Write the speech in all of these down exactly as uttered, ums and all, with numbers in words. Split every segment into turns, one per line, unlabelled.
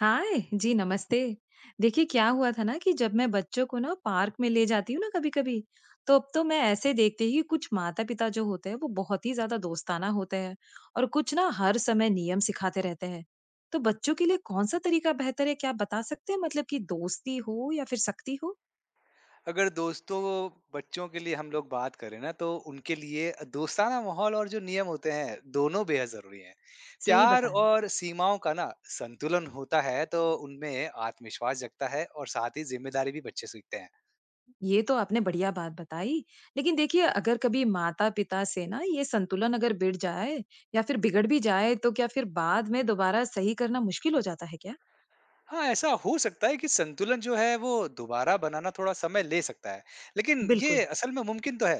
हाय, जी नमस्ते। देखिए क्या हुआ था ना कि जब मैं बच्चों को ना पार्क में ले जाती हूँ ना कभी-कभी, तो अब तो मैं ऐसे देखती ही कुछ माता-पिता जो होते हैं वो बहुत ही ज़्यादा दोस्ताना होते हैं और कुछ ना हर समय नियम सिखाते रहते हैं। तो बच्चों के लिए कौन-सा तरीका बेहतर है क्या आप बता सकते हैं? मतलब कि दोस्ती हो या फिर सख्ती हो?
अगर दोस्तों बच्चों के लिए हम लोग बात करें ना तो उनके लिए दोस्ताना माहौल और जो नियम होते हैं दोनों बेहद जरूरी हैं।
सही
प्यार
बताया।
और सीमाओं का ना संतुलन होता है तो उनमें आत्मविश्वास जगता है और साथ ही जिम्मेदारी भी बच्चे सीखते हैं।
ये तो आपने बढ़िया बात बताई। लेकिन देखिए अगर कभी माता-पिता से ना ये संतुलन अगर बिगड़ जाए या फिर बिगड़ भी जाए तो क्या फिर बाद में दोबारा सही करना मुश्किल हो जाता है क्या?
हाँ, ऐसा हो सकता है कि संतुलन जो है वो दोबारा बनाना थोड़ा समय ले सकता है, लेकिन
बिल्कुल।
ये असल में मुमकिन तो है।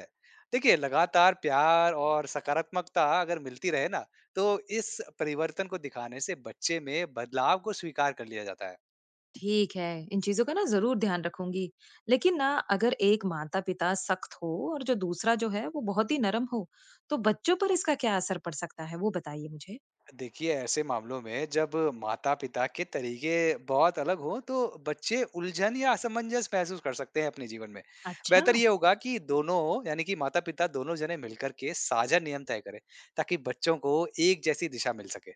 देखिए, लगातार प्यार और सकारात्मकता अगर मिलती रहे ना तो इस परिवर्तन को दिखाने से बच्चे में बदलाव को स्वीकार कर लिया जाता है।
ठीक है, इन चीज़ों का ना ज़रूर ध्यान रखूँगी। लेकिन ना अगर एक माता-पिता सख्त हो और जो दूसरा जो है वो बहुत ही नरम हो, तो बच्चों पर इसका क्या असर पड़ सकता है? वो बताइए मुझे।
देखिए, ऐसे मामलों में जब माता-पिता के तरीके बहुत अलग हों तो बच्चे उलझन या असमंजस महसूस कर सकते हैं अपने जीवन में।
अच्छा।
बेहतर ये होगा कि दोनों यानी कि माता-पिता दोनों जने मिलकर के साझा नियम तय करें ताकि बच्चों को एक जैसी दिशा मिल सके।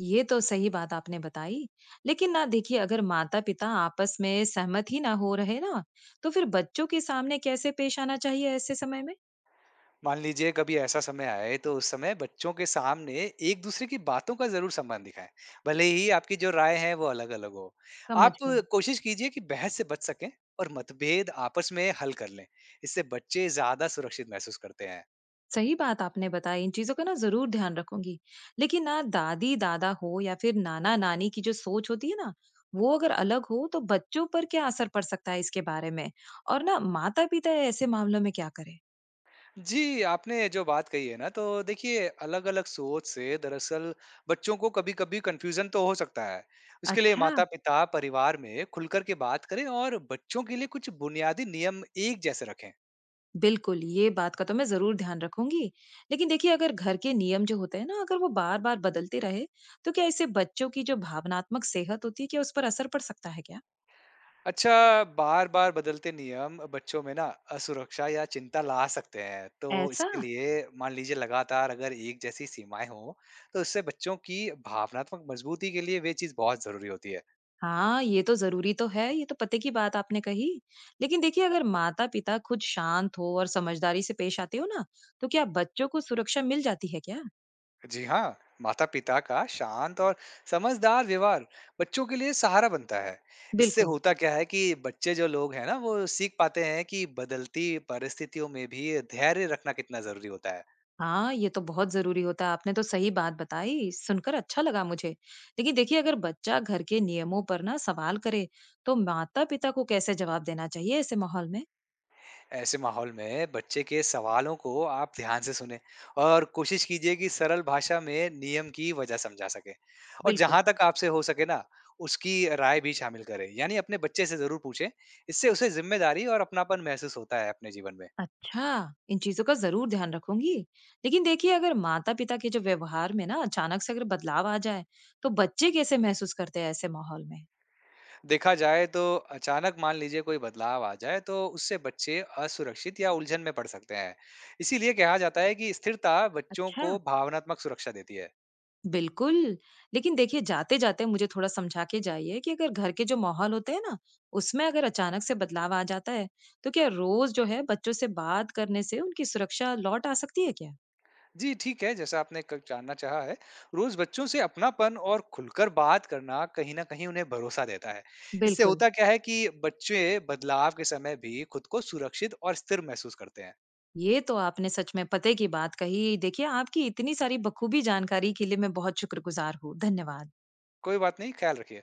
ये तो सही बात आपने बताई। लेकिन ना देखिए अगर माता-पिता आपस में सहमत ही ना हो रहे ना, तो फिर बच्चों के सामने कैसे पेश आना चाहिए ऐसे समय में?
मान लीजिए कभी ऐसा समय आए तो उस समय बच्चों के सामने एक दूसरे की बातों का जरूर सम्मान दिखाएं, भले ही आपकी जो राय है वो अलग अलग हो।
समझ
आप
गई।
कोशिश कीजिए कि बहस से बच सकें और मतभेद आपस में हल कर लें। इससे बच्चे ज्यादा सुरक्षित महसूस करते हैं।
सही बात आपने बताई, इन चीजों का ना जरूर ध्यान रखूंगी। लेकिन ना दादी दादा हो या फिर नाना नानी की जो सोच होती है ना, वो अगर अलग हो तो बच्चों पर क्या असर पड़ सकता है इसके बारे में, और ना माता पिता ऐसे मामलों में क्या करें?
जी, आपने जो बात कही है ना, तो देखिए, अलग अलग सोच से दरअसल बच्चों को कभी कभी कंफ्यूजन तो हो सकता है। उसके लिए
अच्छा।
माता पिता परिवार में खुलकर के बात करें और बच्चों के लिए कुछ बुनियादी नियम एक जैसे रखें।
बिल्कुल, ये बात का तो मैं जरूर ध्यान रखूंगी। लेकिन देखिए अगर घर के नियम जो होते हैं ना अगर वो बार बार बदलते रहे, तो क्या इससे बच्चों की जो भावनात्मक सेहत होती है क्या उस पर असर पड़ सकता है क्या?
अच्छा, बार-बार बदलते नियम बच्चों में ना असुरक्षा या चिंता ला सकते हैं। तो
ऐसा।
इसके लिए मान लीजिए लगातार अगर एक जैसी सीमाएँ हों, तो इससे बच्चों की भावनात्मक मजबूती के लिए वे चीज़ बहुत ज़रूरी होती है।
हाँ, ये तो ज़रूरी तो है, ये तो पते की बात आपने कही। लेकिन देखिए अगर माता-पिता खुद शांत हो और समझदारी से पेश आते हो ना, तो क्या बच्चों को सुरक्षा मिल जाती है क्या?
जी हाँ, माता-पिता का शांत और समझदार व्यवहार बच्चों के लिए सहारा बनता है। इससे
बिल्कुल।
होता क्या है कि बच्चे जो लोग हैं ना, वो सीख पाते हैं कि बदलती परिस्थितियों में भी धैर्य रखना कितना ज़रूरी होता है।
हाँ, ये तो बहुत ज़रूरी होता है। आपने तो सही बात बताई, सुनकर अच्छा लगा मुझे। लेकिन देखिए अगर बच्चा घर के नियमों पर ना सवाल करे, तो माता-पिता को कैसे जवाब देना चाहिए ऐसे माहौल में?
ऐसे माहौल में बच्चे के सवालों को आप ध्यान से सुने और कोशिश कीजिए कि सरल भाषा में नियम की वजह समझा सके। और
बिल्कुल।
जहां तक आपसे हो सके ना, उसकी राय भी शामिल करें यानी अपने बच्चे से जरूर पूछें। इससे उसे जिम्मेदारी और अपनापन महसूस होता है अपने जीवन में।
अच्छा, इन चीजों का जरूर ध्यान रखूंगी। लेकिन देखिए अगर माता पिता के जो व्यवहार में ना अचानक से अगर बदलाव आ जाए, तो बच्चे कैसे महसूस करते हैं ऐसे माहौल में?
देखा जाए तो अचानक मान लीजिए कोई बदलाव आ जाए तो उससे बच्चे असुरक्षित या उलझन में पड़ सकते हैं। इसीलिए कहा जाता है कि स्थिरता बच्चों
अच्छा।
को भावनात्मक सुरक्षा देती है।
बिल्कुल। लेकिन देखिए जाते जाते मुझे थोड़ा समझा के जाइए कि अगर घर के जो माहौल होते हैं ना उसमें अगर अचानक से बदलाव आ जाता है, तो क्या रोज जो है बच्चों से बात करने से उनकी सुरक्षा लौट आ सकती है क्या?
जी ठीक है, जैसा आपने क- जानना चाहा है, रोज बच्चों से अपनापन और खुलकर बात करना कहीं ना कहीं उन्हें भरोसा देता है। इससे
बिल्कुल।
होता क्या है कि बच्चे बदलाव के समय भी खुद को सुरक्षित और स्थिर महसूस करते हैं।
ये तो आपने सच में पते की बात कही। देखिए आपकी इतनी सारी बखूबी जानकारी के लिए मैं बहुत शुक्रगुजार हूँ। धन्यवाद।
कोई बात नहीं, ख्याल रखिए।